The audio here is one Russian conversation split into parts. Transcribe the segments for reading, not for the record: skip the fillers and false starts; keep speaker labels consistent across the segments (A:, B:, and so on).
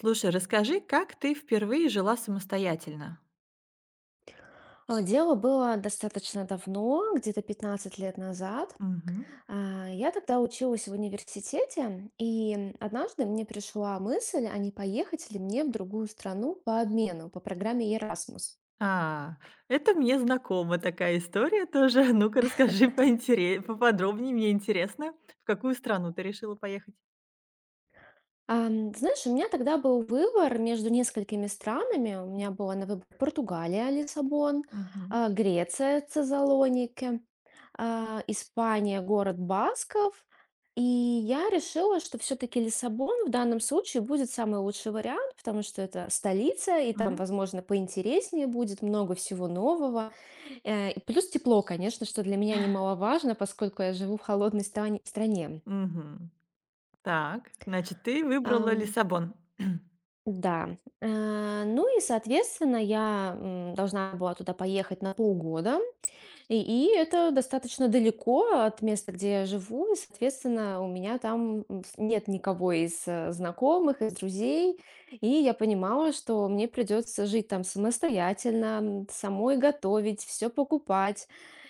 A: Слушай, расскажи, как ты впервые жила самостоятельно?
B: Дело было достаточно давно, где-то 15 лет назад.
A: Мгм.
B: Я тогда училась в университете, и однажды мне пришла мысль, а не поехать ли мне в другую страну по обмену, по программе Erasmus.
A: А, это мне знакома такая история тоже. Ну-ка, расскажи поинтере поподробнее, мне интересно, в какую страну ты решила поехать?
B: Ты знаешь, у меня тогда был выбор между несколькими странами. У меня была на выбор Португалия, Лиссабон,
A: Мгм.
B: Греция, Цезалоники, Испания, город Басков. И я решила, что все-таки Лиссабон в данном случае будет самый лучший вариант, потому что это столица, и там,
A: Мгм.
B: возможно, поинтереснее будет, много всего нового. И плюс тепло, конечно, что для меня немаловажно, поскольку я живу в холодной стране.
A: Мгм. Так, значит, ты выбрала Лиссабон.
B: Да. Ну и, соответственно, я, должна была туда поехать на полгода. И это достаточно далеко от места, где я живу. И, соответственно, у меня там, м, с нет никого из знакомых, из друзей. И я понимала, что мне придется жить там самостоятельно, самой готовить, все покупать.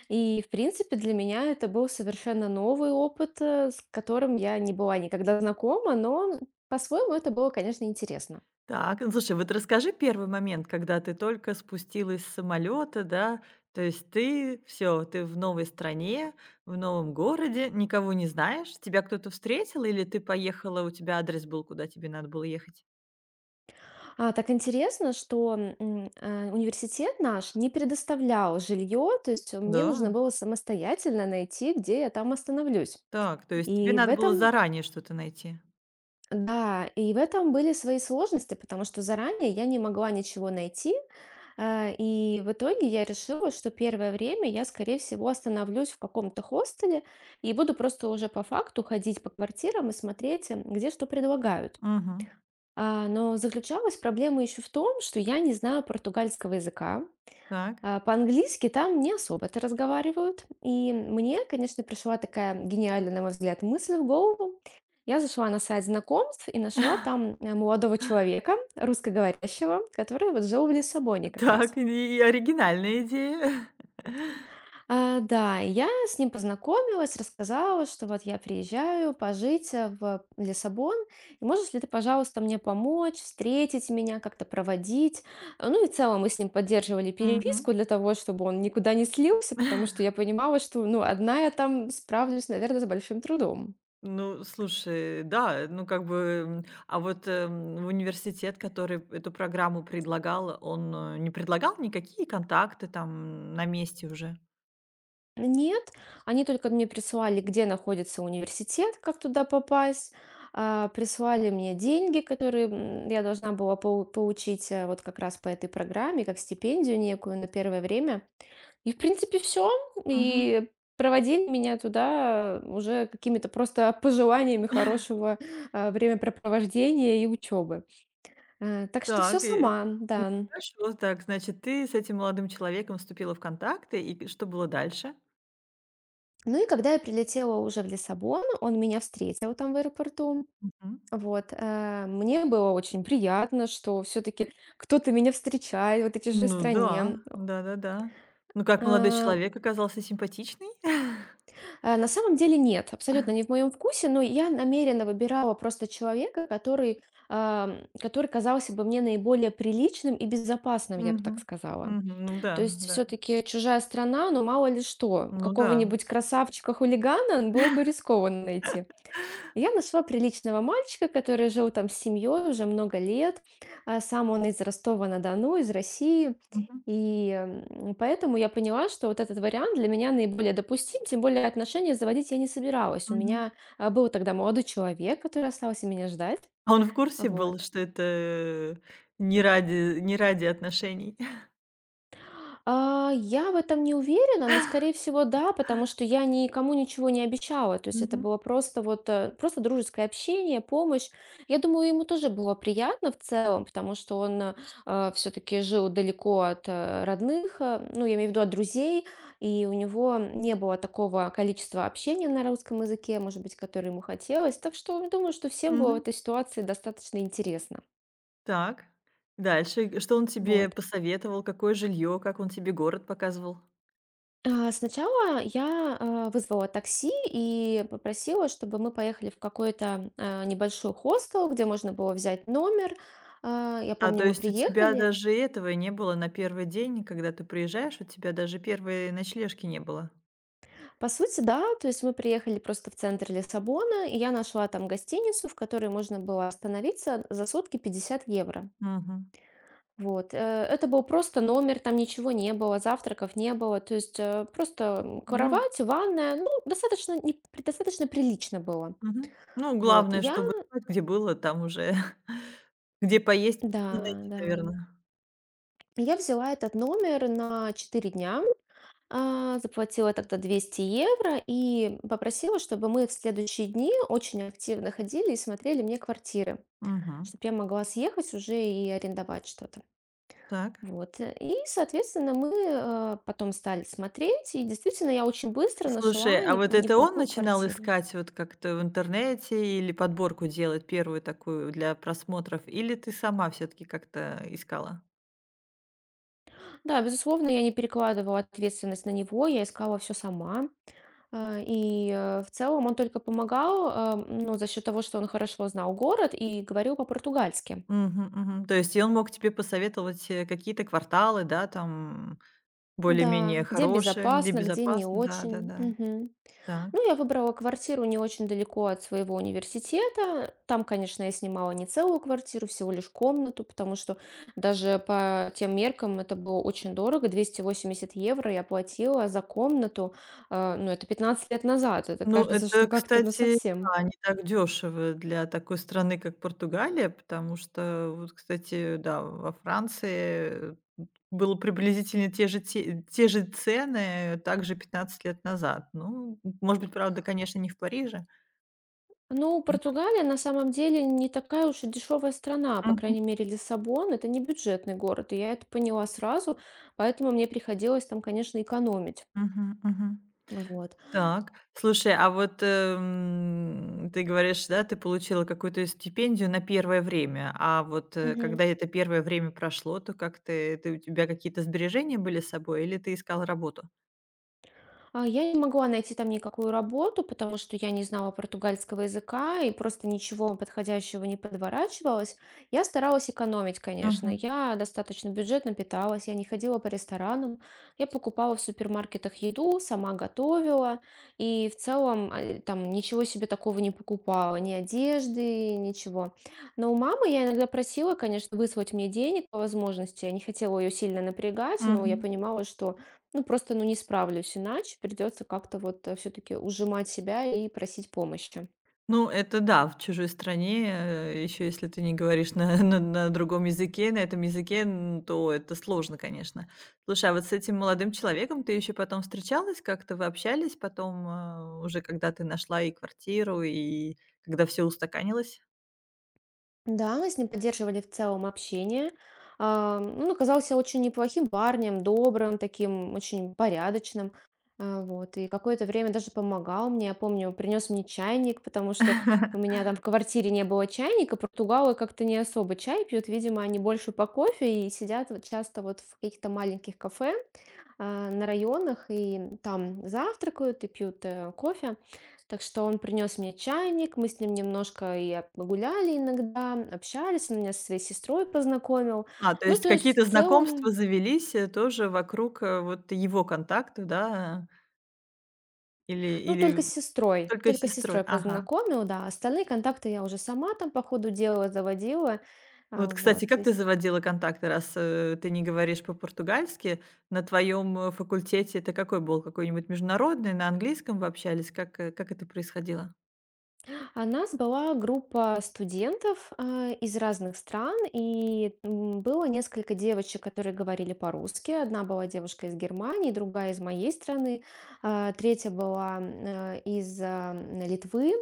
B: И, в принципе, для меня это был совершенно новый опыт, с которым я не была никогда знакома, но по-своему это было, конечно, интересно.
A: Так, ну слушай, вот расскажи первый момент, когда ты только спустилась с самолета, да. То есть ты все, ты в новой стране, в новом городе, никого не знаешь. Тебя кто-то встретил, или ты поехала, у тебя адрес был, куда тебе надо было ехать?
B: Так интересно, что, университет наш не предоставлял жилье, то есть мне нужно
A: Да?
B: было самостоятельно найти, где я там остановлюсь.
A: Так, то есть тебе
B: И в
A: надо было
B: этом,
A: заранее что-то найти?
B: да, и в этом были свои сложности, потому что заранее я не могла ничего найти. И в итоге я решила, что первое время я, скорее всего, остановлюсь в каком-то хостеле и буду просто уже по факту ходить по квартирам и смотреть, где что предлагают.
A: Угу.
B: Но заключалась проблема еще в том, что я не знаю португальского языка.
A: Так.
B: По-английски там не особо-то разговаривают. И мне, конечно, пришла такая гениальная, на мой взгляд, мысль в голову. Я зашла на сайт знакомств и нашла там молодого человека, русскоговорящего, который вот жил в Лиссабоне как раз.
A: Так, и оригинальная идея.
B: Да, и я с ним познакомилась, рассказала, что вот я приезжаю пожить в Лиссабон, и можешь ли ты, пожалуйста, мне помочь, встретить меня, как-то проводить? Ну и в целом мы с ним поддерживали
A: Мгм.
B: переписку для того, чтобы он никуда не слился, потому что я понимала, что, ну, одна я там справлюсь, наверное, с большим трудом.
A: Ну, слушай, да, ну как бы, а вот, университет, который эту программу предлагал, он, не предлагал никакие контакты там на месте уже?
B: Нет, они только мне присылали, где находится университет, как туда попасть, прислали мне деньги, которые я должна была получить вот как раз по этой программе, как стипендию некую на первое время. И, в принципе, все.
A: Мгм.
B: И проводили меня туда уже какими-то просто пожеланиями хорошего времяпрепровождения и учебы. Так что все
A: Так, и
B: сама,
A: ну
B: да.
A: хорошо, так, значит, ты с этим молодым человеком вступила в контакты, и г что было дальше?
B: Ну и когда я прилетела уже в Лиссабон, он меня встретил там в аэропорту.
A: Мгм.
B: Вот, мне было очень приятно, что все-таки кто-то меня встречает в этой же
A: Ну да,
B: стране.
A: да-да-да. Ну как, молодой
B: Э,
A: человек оказался симпатичный?
B: На самом деле нет, абсолютно не в моем вкусе, но я намеренно выбирала просто человека, который казался бы мне наиболее приличным и безопасным, я бы так
A: Мгм.
B: сказала.
A: Мгм. Ну
B: То
A: да,
B: есть
A: да.
B: все-таки чужая страна, ну мало ли что,
A: Ну да.
B: какого-нибудь красавчика-хулигана было бы рискованно найти. Я нашла приличного мальчика, который жил там с семьей уже много лет. Сам он из Ростова-на-Дону, из России.
A: Мгм.
B: И поэтому я поняла, что вот этот вариант для меня наиболее допустим, тем более отношения заводить я не собиралась. У
A: Мгм.
B: меня был тогда молодой человек, который остался меня ждать.
A: А он в курсе был,
B: Вот.
A: что это не ради отношений?
B: Я в этом не уверена, но, скорее всего, да, потому что я никому ничего не обещала. То есть это
A: Мгм,
B: было просто вот просто дружеское общение, помощь. Я думаю, ему тоже было приятно в целом, потому что он все-таки жил далеко от родных, ну, я имею в виду от друзей, и у него не было такого количества общения на русском языке, может быть, которое ему хотелось. Так что думаю, что всем было в
A: мгм.
B: этой ситуации достаточно интересно.
A: Так, дальше. И что он тебе
B: Вот.
A: посоветовал? Какое жилье? Как он тебе город показывал?
B: Сначала я вызвала такси и попросила, чтобы мы поехали в какой-то, небольшой хостел, где можно было взять номер. Я помню,
A: То
B: мы
A: есть у тебя
B: приехали.
A: даже этого не было? На первый день, когда ты приезжаешь, у тебя даже одной ночлежки не было?
B: По сути, да, то есть мы приехали просто в центр Лиссабона, и я нашла там гостиницу, в которой можно было остановиться за сутки 50 евро.
A: Мгм.
B: Вот. Это был просто номер, там ничего не было, завтраков не было. То есть, просто,
A: Ну,
B: кровать, ванная, ну, достаточно не при- достаточно прилично было.
A: мгм. Ну,
B: Вот.
A: главное,
B: Я
A: чтобы знать, где было, там уже где поесть
B: Да,
A: можно найти,
B: да.
A: наверное.
B: Я взяла этот номер на 4 дня, заплатила тогда 200 евро и попросила, чтобы мы в следующие дни очень активно ходили и смотрели мне квартиры,
A: Мгм.
B: чтобы я могла съехать уже и арендовать что-то.
A: Так.
B: Вот. И, соответственно, мы потом стали смотреть, и действительно я очень быстро
A: Слушай,
B: нашла
A: а
B: не-
A: вот это он
B: неплохую
A: начинал
B: квартиру.
A: искать вот как-то в интернете или подборку делать первую такую для просмотров, или ты сама все-таки как-то искала?
B: Да, безусловно, я не перекладывала ответственность на него, я искала все сама. И в целом он только помогал, ну, за счет того, что он хорошо знал город и говорил по-португальски.
A: Мгм, мгм. То есть и он мог тебе посоветовать какие-то кварталы, да, там более-менее
B: Да, где
A: хорошие, где
B: безопасно, где не
A: безопасно,
B: очень.
A: да-да-да.
B: Мгм.
A: Так.
B: Ну, я выбрала квартиру не очень далеко от своего университета. Там, конечно, я снимала не целую квартиру, всего лишь комнату, потому что даже по тем меркам это было очень дорого. 280 евро я платила за комнату. Ну, это 15 лет назад. Это
A: Ну,
B: кажется, что
A: это,
B: как-то, ну,
A: кстати,
B: совсем.
A: да, не так дешево для такой страны, как Португалия, потому что, вот, кстати, да, во Франции, было приблизительно те же цены также 15 лет назад. Ну, может быть, правда, конечно, не в Париже.
B: Ну, Португалия на самом деле не такая уж и дешевая страна, по крайней мере, Лиссабон это не бюджетный город, и я это поняла сразу, поэтому мне приходилось там, конечно, экономить.
A: Мгм, мгм, мгм.
B: Вот.
A: Так, слушай, а вот, ты говоришь, да, ты получила какую-то стипендию на первое время, а вот,
B: Мгм.
A: когда это первое время прошло, то как ты ты у тебя какие-то сбережения были с собой или ты искал работу?
B: Я не могла найти там никакую работу, потому что я не знала португальского языка и просто ничего подходящего не подворачивалось. Я старалась экономить, конечно.
A: Мгм,
B: Я достаточно бюджетно питалась, я не ходила по ресторанам. Я покупала в супермаркетах еду, сама готовила. И в целом там ничего себе такого не покупала, ни одежды, ничего. Но у мамы я иногда просила, конечно, выслать мне денег по возможности. Я не хотела ее сильно напрягать, но я
A: мгм.
B: понимала, что, ну, просто, ну, не справлюсь иначе. Придется как-то вот все-таки ужимать себя и просить помощи.
A: Ну, это да, в чужой стране, еще если ты не говоришь на, на другом языке, на этом языке, то это сложно, конечно. Слушай, а вот с этим молодым человеком ты еще потом встречалась, как-то вы общались потом, уже когда ты нашла и квартиру, и когда все устаканилось?
B: Да, мы с ним поддерживали в целом общение. Он оказался очень неплохим парнем, добрым, таким очень порядочным. Вот. И какое-то время даже помогал мне. Я помню, принес мне чайник, потому что у меня там в квартире не было чайника. Португалы как-то не особо чай пьют. Видимо, они больше по кофе и сидят вот часто вот в каких-то маленьких кафе на районах, и там завтракают и пьют кофе. Так что он принес мне чайник, мы с ним немножко гуляли иногда, общались, он меня со своей сестрой познакомил.
A: То
B: Ну,
A: есть
B: то есть
A: какие-то
B: в
A: знакомства
B: целом,
A: завелись тоже вокруг вот его контактов, да, или,
B: ну, только с
A: или
B: сестрой,
A: только с
B: только с
A: сестрой?
B: сестрой
A: Ага.
B: познакомил, да, остальные контакты я уже сама там по ходу дела заводила. А,
A: Вот, кстати,
B: вот,
A: как
B: и
A: ты заводила контакты, раз, ты не говоришь по-португальски? На твоем, факультете это какой был? Какой-нибудь международный? На английском вы общались? Как это происходило?
B: А нас была группа студентов, из разных стран, и, было несколько девочек, которые говорили по-русски. Одна была девушка из Германии, другая из моей страны, третья была из Литвы.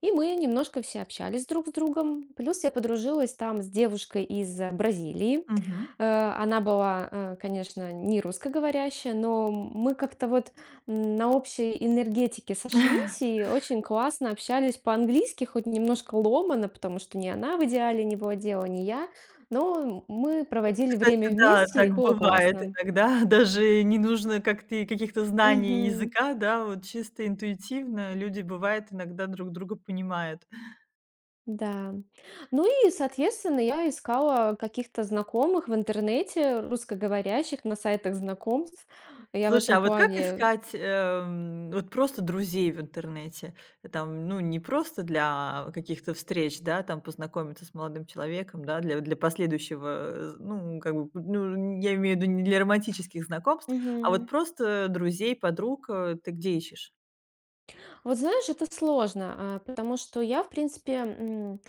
B: И мы немножко все общались друг с другом. Плюс я подружилась там с девушкой из Бразилии.
A: Мгм.
B: Она была, конечно, не русскоговорящая, но мы как-то вот на общей энергетике сошлись и очень классно общались по-английски, хоть немножко ломано, потому что ни она в идеале не владела, ни я, но мы проводили время
A: Кстати, да,
B: вместе, и
A: так
B: было
A: бывает
B: классно.
A: иногда. Даже не нужно как ты каких-то знаний
B: Мгм.
A: языка, да, вот чисто интуитивно люди, бывает, иногда друг друга понимают.
B: Да. Ну и, соответственно, я искала каких-то знакомых в интернете, русскоговорящих, на сайтах знакомств. Я в
A: Слушай,
B: этом
A: а вот как
B: плане.
A: искать, вот просто друзей в интернете? Там, ну, не просто для каких-то встреч, да, там познакомиться с молодым человеком, да, для последующего, ну, как бы, ну, я имею в виду не для романтических знакомств, а вот просто друзей, подруг, ты где ищешь?
B: Вот знаешь, это сложно, потому что я, в принципе,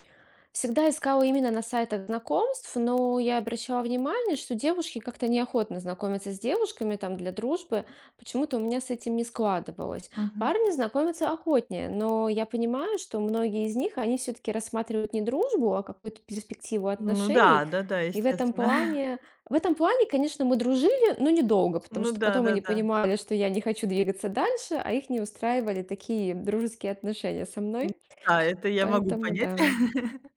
B: всегда искала именно на сайтах знакомств, но я обращала внимание, что девушки как-то неохотно знакомятся с девушками там для дружбы. Почему-то у меня с этим не складывалось.
A: Мгм.
B: Парни знакомятся охотнее, но я понимаю, что многие из них, они все-таки рассматривают не дружбу, а какую-то перспективу
A: Ну да,
B: отношений.
A: да-да,
B: И в этом
A: естественно.
B: плане в этом плане, конечно, мы дружили, но недолго, потому
A: Ну
B: что потом они
A: да-да-да.
B: понимали, что я не хочу двигаться дальше, а их не устраивали такие дружеские отношения со
A: Ну
B: мной.
A: да, это я могу
B: Поэтому
A: понять.
B: да.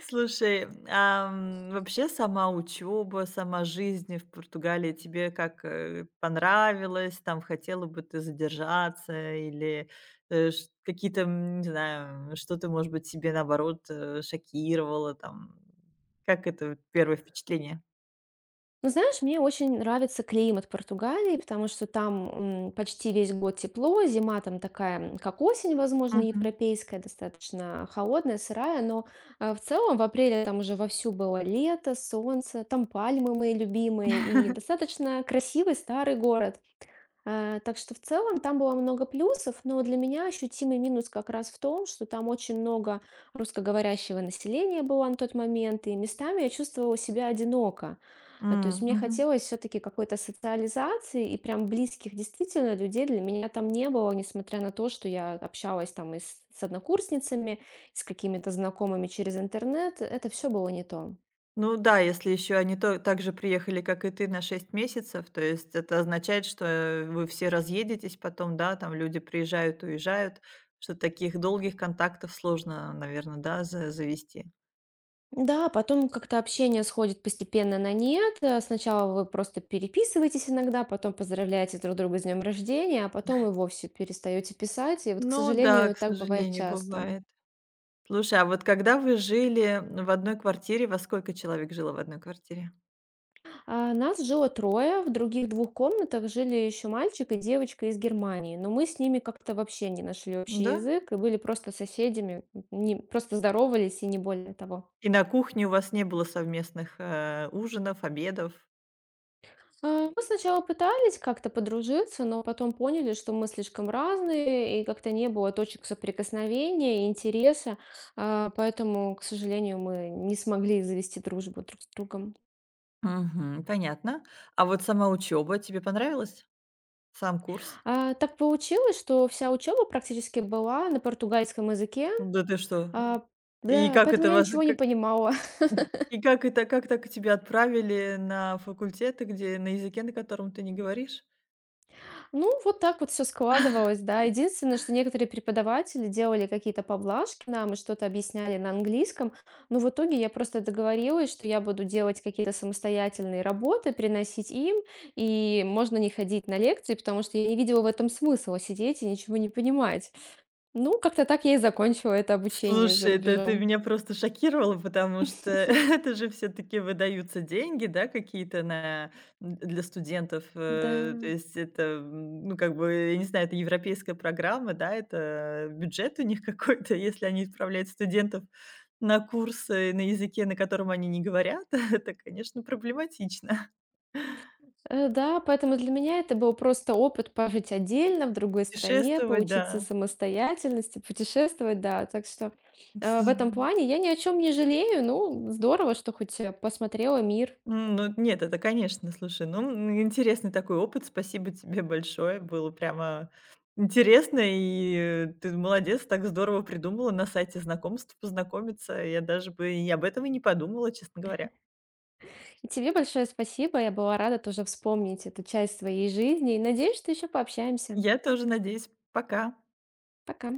A: Слушай, вообще сама учеба, сама жизнь в Португалии тебе как, понравилась? Там хотела бы ты задержаться, или, э, ш какие-то, не знаю, что-то, может быть, тебе наоборот, шокировало там? Как это, первое впечатление?
B: Ну, знаешь, мне очень нравится климат Португалии, потому что там почти весь год тепло, зима там такая, как осень, возможно,
A: Мгм.
B: европейская, достаточно холодная, сырая, но в целом в апреле там уже вовсю было лето, солнце, там пальмы мои любимые, и достаточно красивый старый город. Так что в целом там было много плюсов, но для меня ощутимый минус как раз в том, что там очень много русскоговорящего населения было на тот момент, и местами я чувствовала себя одиноко. То есть
A: М,
B: мне
A: мгм.
B: хотелось все-таки какой-то социализации, и прям близких действительно людей для меня там не было, несмотря на то, что я общалась там и с однокурсницами, и с какими-то знакомыми через интернет. Это все было не то.
A: Ну да, если еще они то так же приехали, как и ты, на 6 месяцев, то есть это означает, что, вы все разъедетесь потом, да, там люди приезжают, уезжают, что таких долгих контактов сложно, наверное, да, за завести.
B: Да, потом как-то общение сходит постепенно на нет. Сначала вы просто переписываетесь иногда, потом поздравляете друг друга с днем рождения, а потом и вовсе перестаете писать. И вот, к
A: Ну да,
B: сожалению,
A: к
B: так бывает
A: сожалению,
B: часто.
A: бывает. Слушай, а вот когда вы жили в одной квартире, во сколько человек жило в одной квартире?
B: А нас жило трое, в других двух комнатах жили еще мальчик и девочка из Германии, но мы с ними как-то вообще не нашли общий
A: Да?
B: язык и были просто соседями, просто здоровались и не более того.
A: И на кухне у вас не было совместных, ужинов, обедов?
B: Мы сначала пытались как-то подружиться, но потом поняли, что мы слишком разные, и как-то не было точек соприкосновения, и интереса, поэтому, к сожалению, мы не смогли завести дружбу друг с другом.
A: Мгм, понятно. А вот сама учеба тебе понравилась? Сам курс?
B: Так получилось, что вся учеба практически была на португальском языке.
A: Да ты что?
B: А,
A: И
B: да,
A: как
B: поэтому
A: это
B: я
A: вас
B: ничего не
A: как
B: понимала.
A: и как это как так тебя отправили на факультеты, где на языке, на котором ты не говоришь?
B: Ну, вот так вот все складывалось, да. Единственное, что некоторые преподаватели делали какие-то поблажки нам и что-то объясняли на английском, но в итоге я просто договорилась, что я буду делать какие-то самостоятельные работы, приносить им, и можно не ходить на лекции, потому что я не видела в этом смысла сидеть и ничего не понимать. Ну, как-то так я и закончила это обучение за
A: Слушай, это ты
B: рубежом.
A: меня просто шокировала, потому что это же все таки выдаются деньги, да, какие-то на для студентов.
B: Да.
A: То есть это, ну, как бы, я не знаю, это европейская программа, да, это бюджет у них какой-то, если они отправляют студентов на курсы на языке, на котором они не говорят, это, конечно, проблематично.
B: Да, поэтому для меня это был просто опыт пожить отдельно, в другой стране,
A: Путешествовать,
B: поучиться
A: да.
B: самостоятельности, путешествовать, да. Так что, в этом плане я ни о чем не жалею. Ну, здорово, что хоть, посмотрела мир.
A: Ну нет, это конечно, слушай, ну, интересный такой опыт. Спасибо тебе большое. Было прямо интересно, и ты молодец, так здорово придумала на сайте знакомств познакомиться. Я даже бы и об этом и не подумала, честно говоря.
B: И тебе большое спасибо. Я была рада тоже вспомнить эту часть своей жизни. И надеюсь, что еще пообщаемся.
A: Я тоже надеюсь. Пока.
B: Пока.